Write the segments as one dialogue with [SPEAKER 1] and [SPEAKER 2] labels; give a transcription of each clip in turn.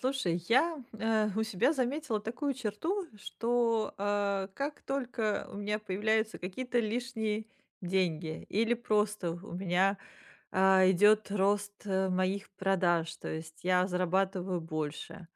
[SPEAKER 1] Слушай, я, у себя заметила такую черту, что, как только у меня появляются какие-то лишние деньги или просто у меня, идет рост, моих продаж, то есть я зарабатываю больше,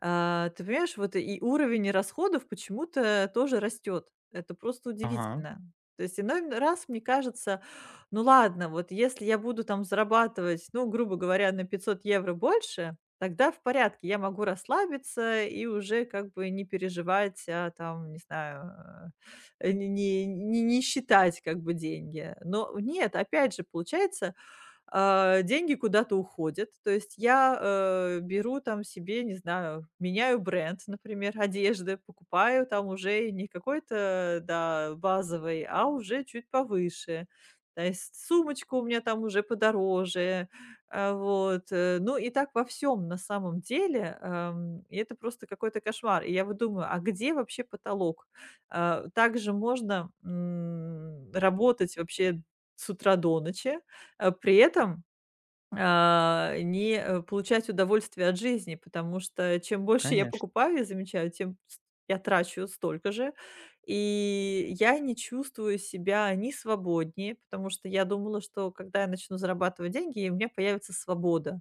[SPEAKER 1] ты понимаешь, вот и уровень расходов почему-то тоже растет. Это просто
[SPEAKER 2] Ага,
[SPEAKER 1] удивительно. То есть иной раз мне кажется, ну ладно, вот если я буду там зарабатывать, ну, грубо говоря, на 500 евро больше, тогда в порядке, я могу расслабиться и уже как бы не переживать, а там, не знаю, не считать как бы деньги. Но нет, опять же, получается, деньги куда-то уходят. То есть я, беру там себе, не знаю, меняю бренд, например, одежды, покупаю там уже не какой-то, да, базовый, а уже чуть повыше. То есть сумочка у меня там уже подороже, вот. Ну и так во всем на самом деле, и это просто какой-то кошмар. И я вот думаю, а где вообще потолок? Так можно, работать вообще с утра до ночи, при этом не получать удовольствие от жизни, потому что чем больше я
[SPEAKER 2] конечно.
[SPEAKER 1] покупаю, я замечаю, тем с я трачу столько же. И я не чувствую себя ни свободнее, потому что я думала, что когда я начну зарабатывать деньги, и у меня появится свобода.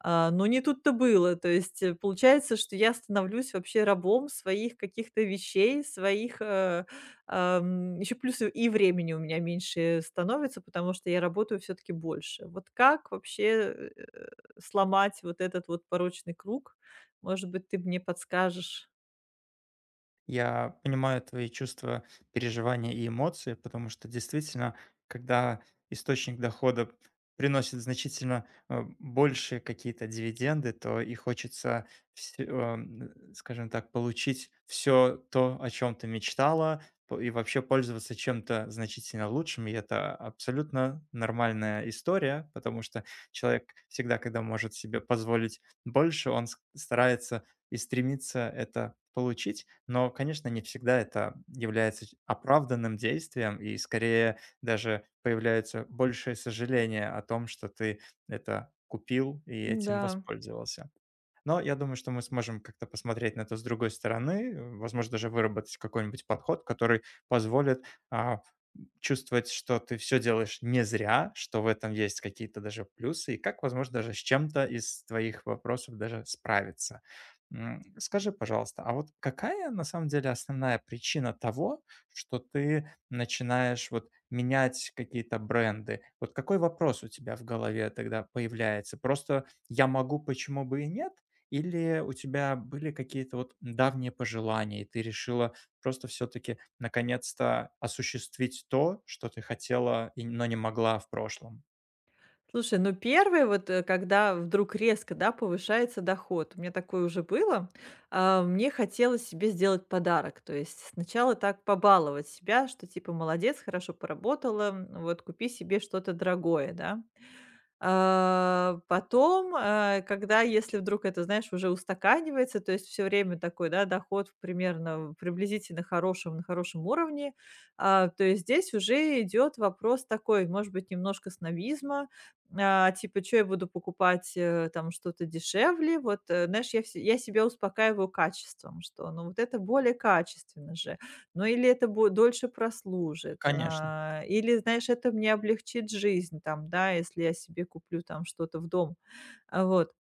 [SPEAKER 1] Но не тут-то было. То есть, получается, что я становлюсь вообще рабом своих каких-то вещей, своих, еще плюс и времени у меня меньше становится, потому что я работаю все-таки больше. Вот как вообще, сломать вот этот вот порочный круг? Может быть, ты мне подскажешь?
[SPEAKER 2] Я понимаю твои чувства, переживания и эмоции, потому что действительно, когда источник дохода приносит значительно большие какие-то дивиденды, то и хочется, всё, скажем так, получить все то, о чем ты мечтала, и вообще пользоваться чем-то значительно лучшим. И это абсолютно нормальная история, потому что человек всегда, когда может себе позволить больше, он старается и стремится это получить. Но, конечно, не всегда это является оправданным действием, и скорее даже появляется большее сожаление о том, что ты это купил и этим
[SPEAKER 1] Да.
[SPEAKER 2] воспользовался. Но я думаю, что мы сможем как-то посмотреть на это с другой стороны, возможно, даже выработать какой-нибудь подход, который позволит а, чувствовать, что ты все делаешь не зря, что в этом есть какие-то даже плюсы, и как, возможно, даже с чем-то из твоих вопросов даже справиться. Скажи, пожалуйста, а вот какая на самом деле основная причина того, что ты начинаешь вот менять какие-то бренды? Вот какой вопрос у тебя в голове тогда появляется? Просто я могу, почему бы и нет? Или у тебя были какие-то вот давние пожелания, и ты решила просто все-таки наконец-то осуществить то, что ты хотела, но не могла в прошлом?
[SPEAKER 1] Слушай, ну первый вот, когда вдруг резко, да, повышается доход. У меня такое уже было. Мне хотелось себе сделать подарок. То есть сначала так побаловать себя, что типа молодец, хорошо поработала, вот купи себе что-то дорогое, да. Потом, когда, если вдруг это, знаешь, уже устаканивается, то есть все время такой, да, доход примерно в приблизительно хорошем на хорошем уровне, то есть здесь уже идет вопрос такой, может быть, немножко снобизма, типа: что я буду покупать, там что-то дешевле?" Вот, знаешь, я себя успокаиваю качеством, что, ну, вот это более качественно же. Ну, или это будет дольше прослужит,
[SPEAKER 2] Конечно,
[SPEAKER 1] или, знаешь, это мне облегчит жизнь, там, да, если я себе куплю там что-то в дом. Вот.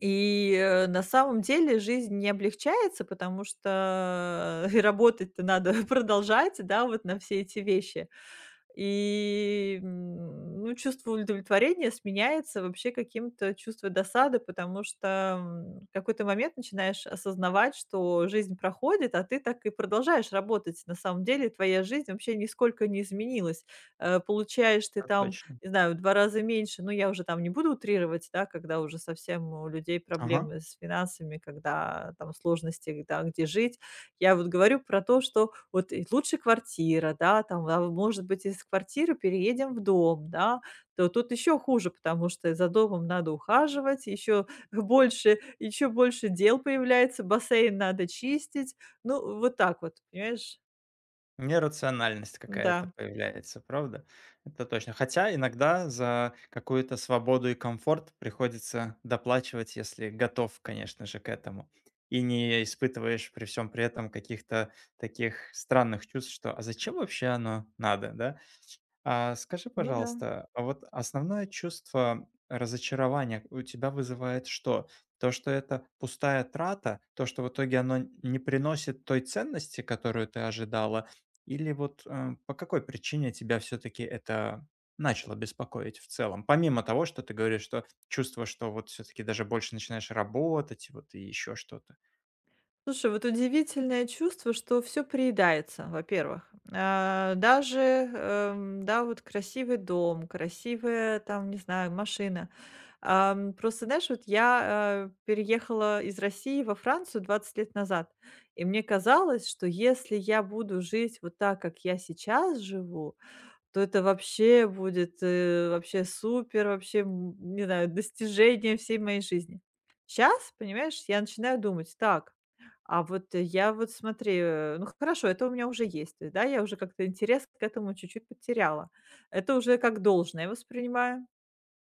[SPEAKER 1] И на самом деле жизнь не облегчается, потому что и работать-то надо продолжать, да, вот на все эти вещи. И ну, чувство удовлетворения сменяется вообще каким-то чувством досады, потому что, в какой-то момент начинаешь осознавать, что жизнь проходит, а ты так и продолжаешь работать. На самом деле твоя жизнь вообще нисколько не изменилась. Получаешь ты
[SPEAKER 2] это
[SPEAKER 1] там,
[SPEAKER 2] точно.
[SPEAKER 1] не знаю, в 2 раза меньше, ну, я уже там не буду утрировать, да, когда уже совсем у людей
[SPEAKER 2] Ага.
[SPEAKER 1] проблемы с финансами, когда там сложности, да, где жить. Я вот говорю про то, что вот и лучше квартира, да, там, а может быть, из квартиры переедем в дом, да, то тут еще хуже, потому что за домом надо ухаживать, еще больше, еще больше дел появляется, бассейн надо чистить. Ну, вот так вот, понимаешь?
[SPEAKER 2] Нерациональность
[SPEAKER 1] Да,
[SPEAKER 2] какая-то появляется, правда? Это точно. Хотя иногда за какую-то свободу и комфорт приходится доплачивать, если готов, конечно же, к этому. И не испытываешь при всем при этом каких-то таких странных чувств, что «а зачем вообще оно надо, да?» А скажи,
[SPEAKER 1] ну да.
[SPEAKER 2] пожалуйста, а вот основное чувство разочарования у тебя вызывает что? То, что это пустая трата, то, что в итоге оно не приносит той ценности, которую ты ожидала, или вот по какой причине тебя все-таки это начало беспокоить в целом? Помимо того, что ты говоришь, что чувство, что вот все-таки даже больше начинаешь работать, вот и еще что-то.
[SPEAKER 1] Слушай, вот удивительное чувство, что все приедается, во-первых. Даже, да, вот красивый дом, красивая там, не знаю, машина. Просто, знаешь, вот я, переехала из России во Францию 20 лет назад, и мне казалось, что если я буду жить вот так, как я сейчас живу, то это вообще будет, вообще супер, вообще, не знаю, достижение всей моей жизни. Сейчас понимаешь, я начинаю думать: "Так, а вот я вот смотри, ну хорошо, это у меня уже есть". То есть, да, я уже как-то интерес к этому чуть-чуть потеряла. Это уже как должное воспринимаю.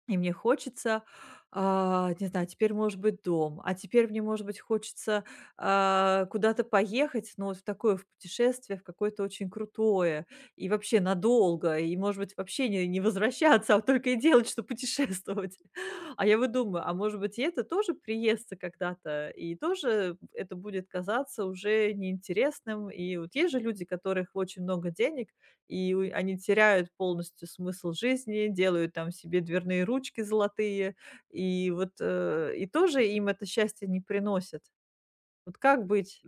[SPEAKER 1] И мне хочется, не знаю, теперь может быть дом, а теперь мне, может быть, хочется, куда-то поехать, но вот в такое в путешествие, в какое-то очень крутое и вообще надолго, и, может быть, вообще не возвращаться, а вот только и делать, что путешествовать. А я вот думаю, а может быть, и это тоже приестся когда-то, и тоже это будет казаться уже неинтересным. И вот есть же люди, у которых очень много денег, и у они теряют полностью смысл жизни, делают там себе дверные ручки золотые, и вот, и тоже им это счастье не приносит. Вот как быть?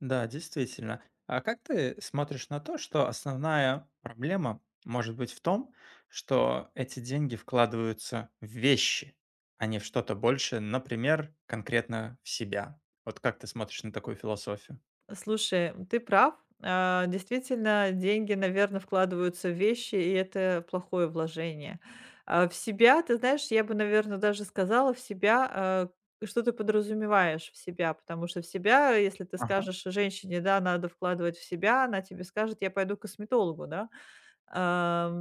[SPEAKER 2] Да, действительно. А как ты смотришь на то, что основная проблема может быть в том, что эти деньги вкладываются в вещи, а не в что-то большее, например, конкретно в себя? Вот как ты смотришь на такую философию?
[SPEAKER 1] Слушай, ты прав. Действительно, деньги, наверное, вкладываются в вещи, и это плохое вложение. В себя, ты знаешь, я бы, наверное, даже сказала в себя, что ты подразумеваешь в себя, потому что в себя, если ты
[SPEAKER 2] Ага.
[SPEAKER 1] скажешь женщине: "Да, надо вкладывать в себя", она тебе скажет: "Я пойду к косметологу", да? Ам,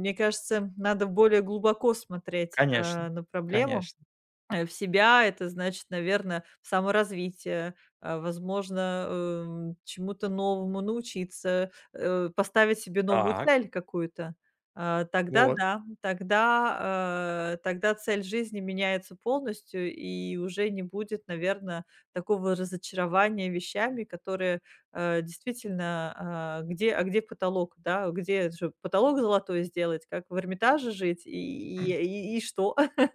[SPEAKER 1] мне кажется, надо более глубоко смотреть,
[SPEAKER 2] Конечно,
[SPEAKER 1] а, на проблему
[SPEAKER 2] конечно.
[SPEAKER 1] э, В себя, это значит, наверное, саморазвитие, возможно, чему-то новому научиться, поставить себе новую
[SPEAKER 2] Так,
[SPEAKER 1] цель какую-то. Тогда
[SPEAKER 2] вот.
[SPEAKER 1] да, тогда, тогда цель жизни меняется полностью, и уже не будет, наверное, такого разочарования вещами, которые действительно, где, а где потолок, да, где же потолок золотой сделать, как в Эрмитаже жить, и, и что,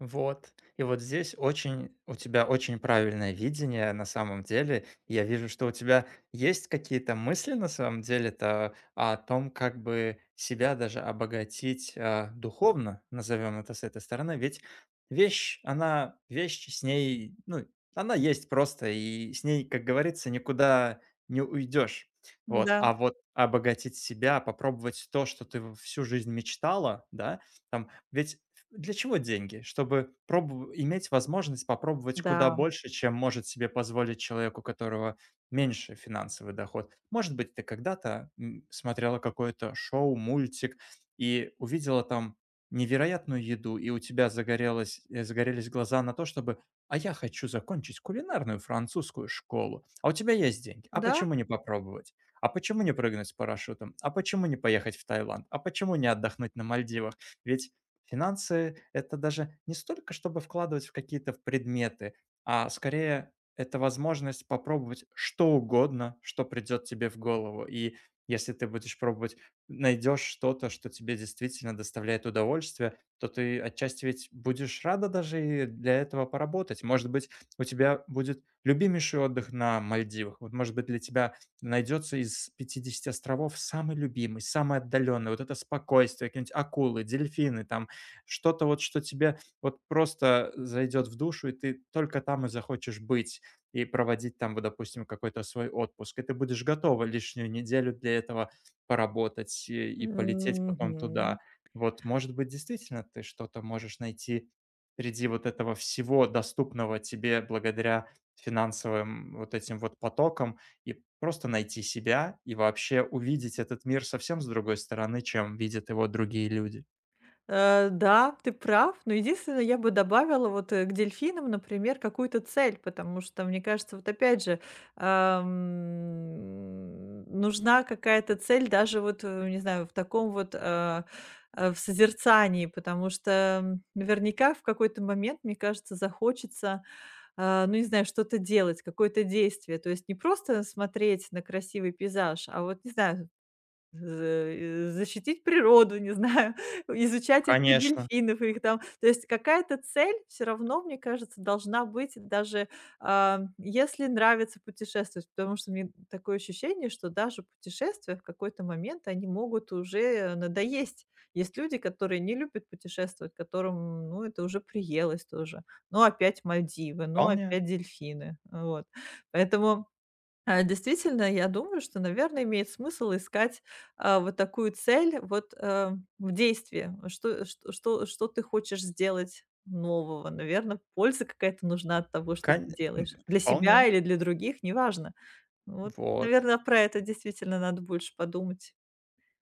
[SPEAKER 2] Вот. И вот здесь очень у тебя очень правильное видение на самом деле. Я вижу, что у тебя есть какие-то мысли на самом деле-то о том, как бы себя даже обогатить духовно, назовем это с этой стороны. Ведь вещь, она, вещь с ней, ну, она есть просто, и с ней, как говорится, никуда не уйдешь. Вот.
[SPEAKER 1] да,
[SPEAKER 2] А вот обогатить себя, попробовать то, что ты всю жизнь мечтала, да, там, ведь для чего деньги? Чтобы пробу иметь возможность попробовать куда
[SPEAKER 1] да.
[SPEAKER 2] больше, чем может себе позволить человек, у которого меньше финансовый доход. Может быть, ты когда-то смотрела какое-то шоу, мультик и увидела там невероятную еду, и у тебя загорелись глаза на то, чтобы «а я хочу закончить кулинарную французскую школу», а у тебя есть деньги, а
[SPEAKER 1] Да?
[SPEAKER 2] почему не попробовать? А почему не прыгнуть с парашютом? А почему не поехать в Таиланд? А почему не отдохнуть на Мальдивах? Ведь финансы — это даже не столько, чтобы вкладывать в какие-то в предметы, а скорее это возможность попробовать что угодно, что придет тебе в голову. И если ты будешь пробовать, найдешь что-то, что тебе действительно доставляет удовольствие, то ты отчасти ведь будешь рада даже и для этого поработать. Может быть, у тебя будет любимейший отдых на Мальдивах. Вот, может быть, для тебя найдется из 50 островов самый любимый, самый отдаленный. Вот это спокойствие, какие-нибудь акулы, дельфины, там что-то вот, что тебе вот просто зайдет в душу, и ты только там и захочешь быть и проводить там, вот, допустим, какой-то свой отпуск. И ты будешь готова лишнюю неделю для этого поработать и полететь потом
[SPEAKER 1] Мгм.
[SPEAKER 2] туда. Вот, может быть, действительно ты что-то можешь найти среди вот этого всего доступного тебе благодаря финансовым вот этим вот потокам и просто найти себя и вообще увидеть этот мир совсем с другой стороны, чем видят его другие люди.
[SPEAKER 1] Да, ты прав, но единственное, я бы добавила вот, к дельфинам, например, какую-то цель, потому что, мне кажется, вот опять же, нужна какая-то цель даже вот, не знаю, в таком вот, в созерцании, потому что, наверняка в какой-то момент, мне кажется, захочется, ну, не знаю, что-то делать, какое-то действие. То есть не просто смотреть на красивый пейзаж, а вот, не знаю, защитить природу, не знаю, изучать этих
[SPEAKER 2] Конечно.
[SPEAKER 1] дельфинов, их там. То есть какая-то цель все равно, мне кажется, должна быть, даже, если нравится путешествовать. Потому что мне такое ощущение, что даже путешествия в какой-то момент, они могут уже надоесть. Есть люди, которые не любят путешествовать, которым, ну, это уже приелось тоже. Ну, опять Мальдивы, ну,
[SPEAKER 2] Вполне,
[SPEAKER 1] опять дельфины. Вот. Поэтому, действительно, я думаю, что, наверное, имеет смысл искать, вот такую цель вот, в действии. Что ты хочешь сделать нового? Наверное, польза какая-то нужна от того, что ты
[SPEAKER 2] кон
[SPEAKER 1] делаешь. Для
[SPEAKER 2] вполне.
[SPEAKER 1] себя или для других, неважно. Вот,
[SPEAKER 2] Вот.
[SPEAKER 1] наверное, про это действительно надо больше подумать.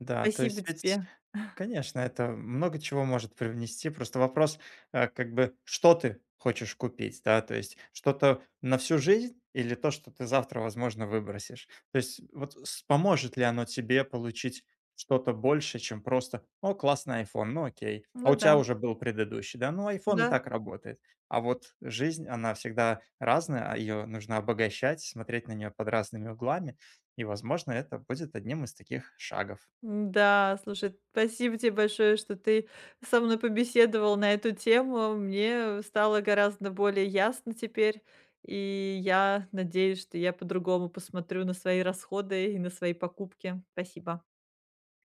[SPEAKER 2] Да, то
[SPEAKER 1] Спасибо
[SPEAKER 2] есть ведь
[SPEAKER 1] тебе.
[SPEAKER 2] конечно, это много чего может привнести. Просто вопрос, как бы, что ты хочешь купить, да, то есть что-то на всю жизнь или то, что ты завтра, возможно, выбросишь. То есть вот поможет ли оно тебе получить что-то больше, чем просто, о, классный iPhone, ну окей, а
[SPEAKER 1] Ну
[SPEAKER 2] у
[SPEAKER 1] да,
[SPEAKER 2] тебя уже был предыдущий, да, ну iPhone и
[SPEAKER 1] да.
[SPEAKER 2] так работает. А вот жизнь, она всегда разная, ее нужно обогащать, смотреть на нее под разными углами, и, возможно, это будет одним из таких шагов.
[SPEAKER 1] Да, слушай, спасибо тебе большое, что ты со мной побеседовал на эту тему. Мне стало гораздо более ясно теперь, и я надеюсь, что я по-другому посмотрю на свои расходы и на свои покупки. Спасибо.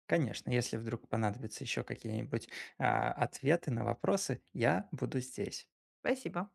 [SPEAKER 2] Конечно, если вдруг понадобятся еще какие-нибудь ответы на вопросы, я буду здесь.
[SPEAKER 1] Спасибо.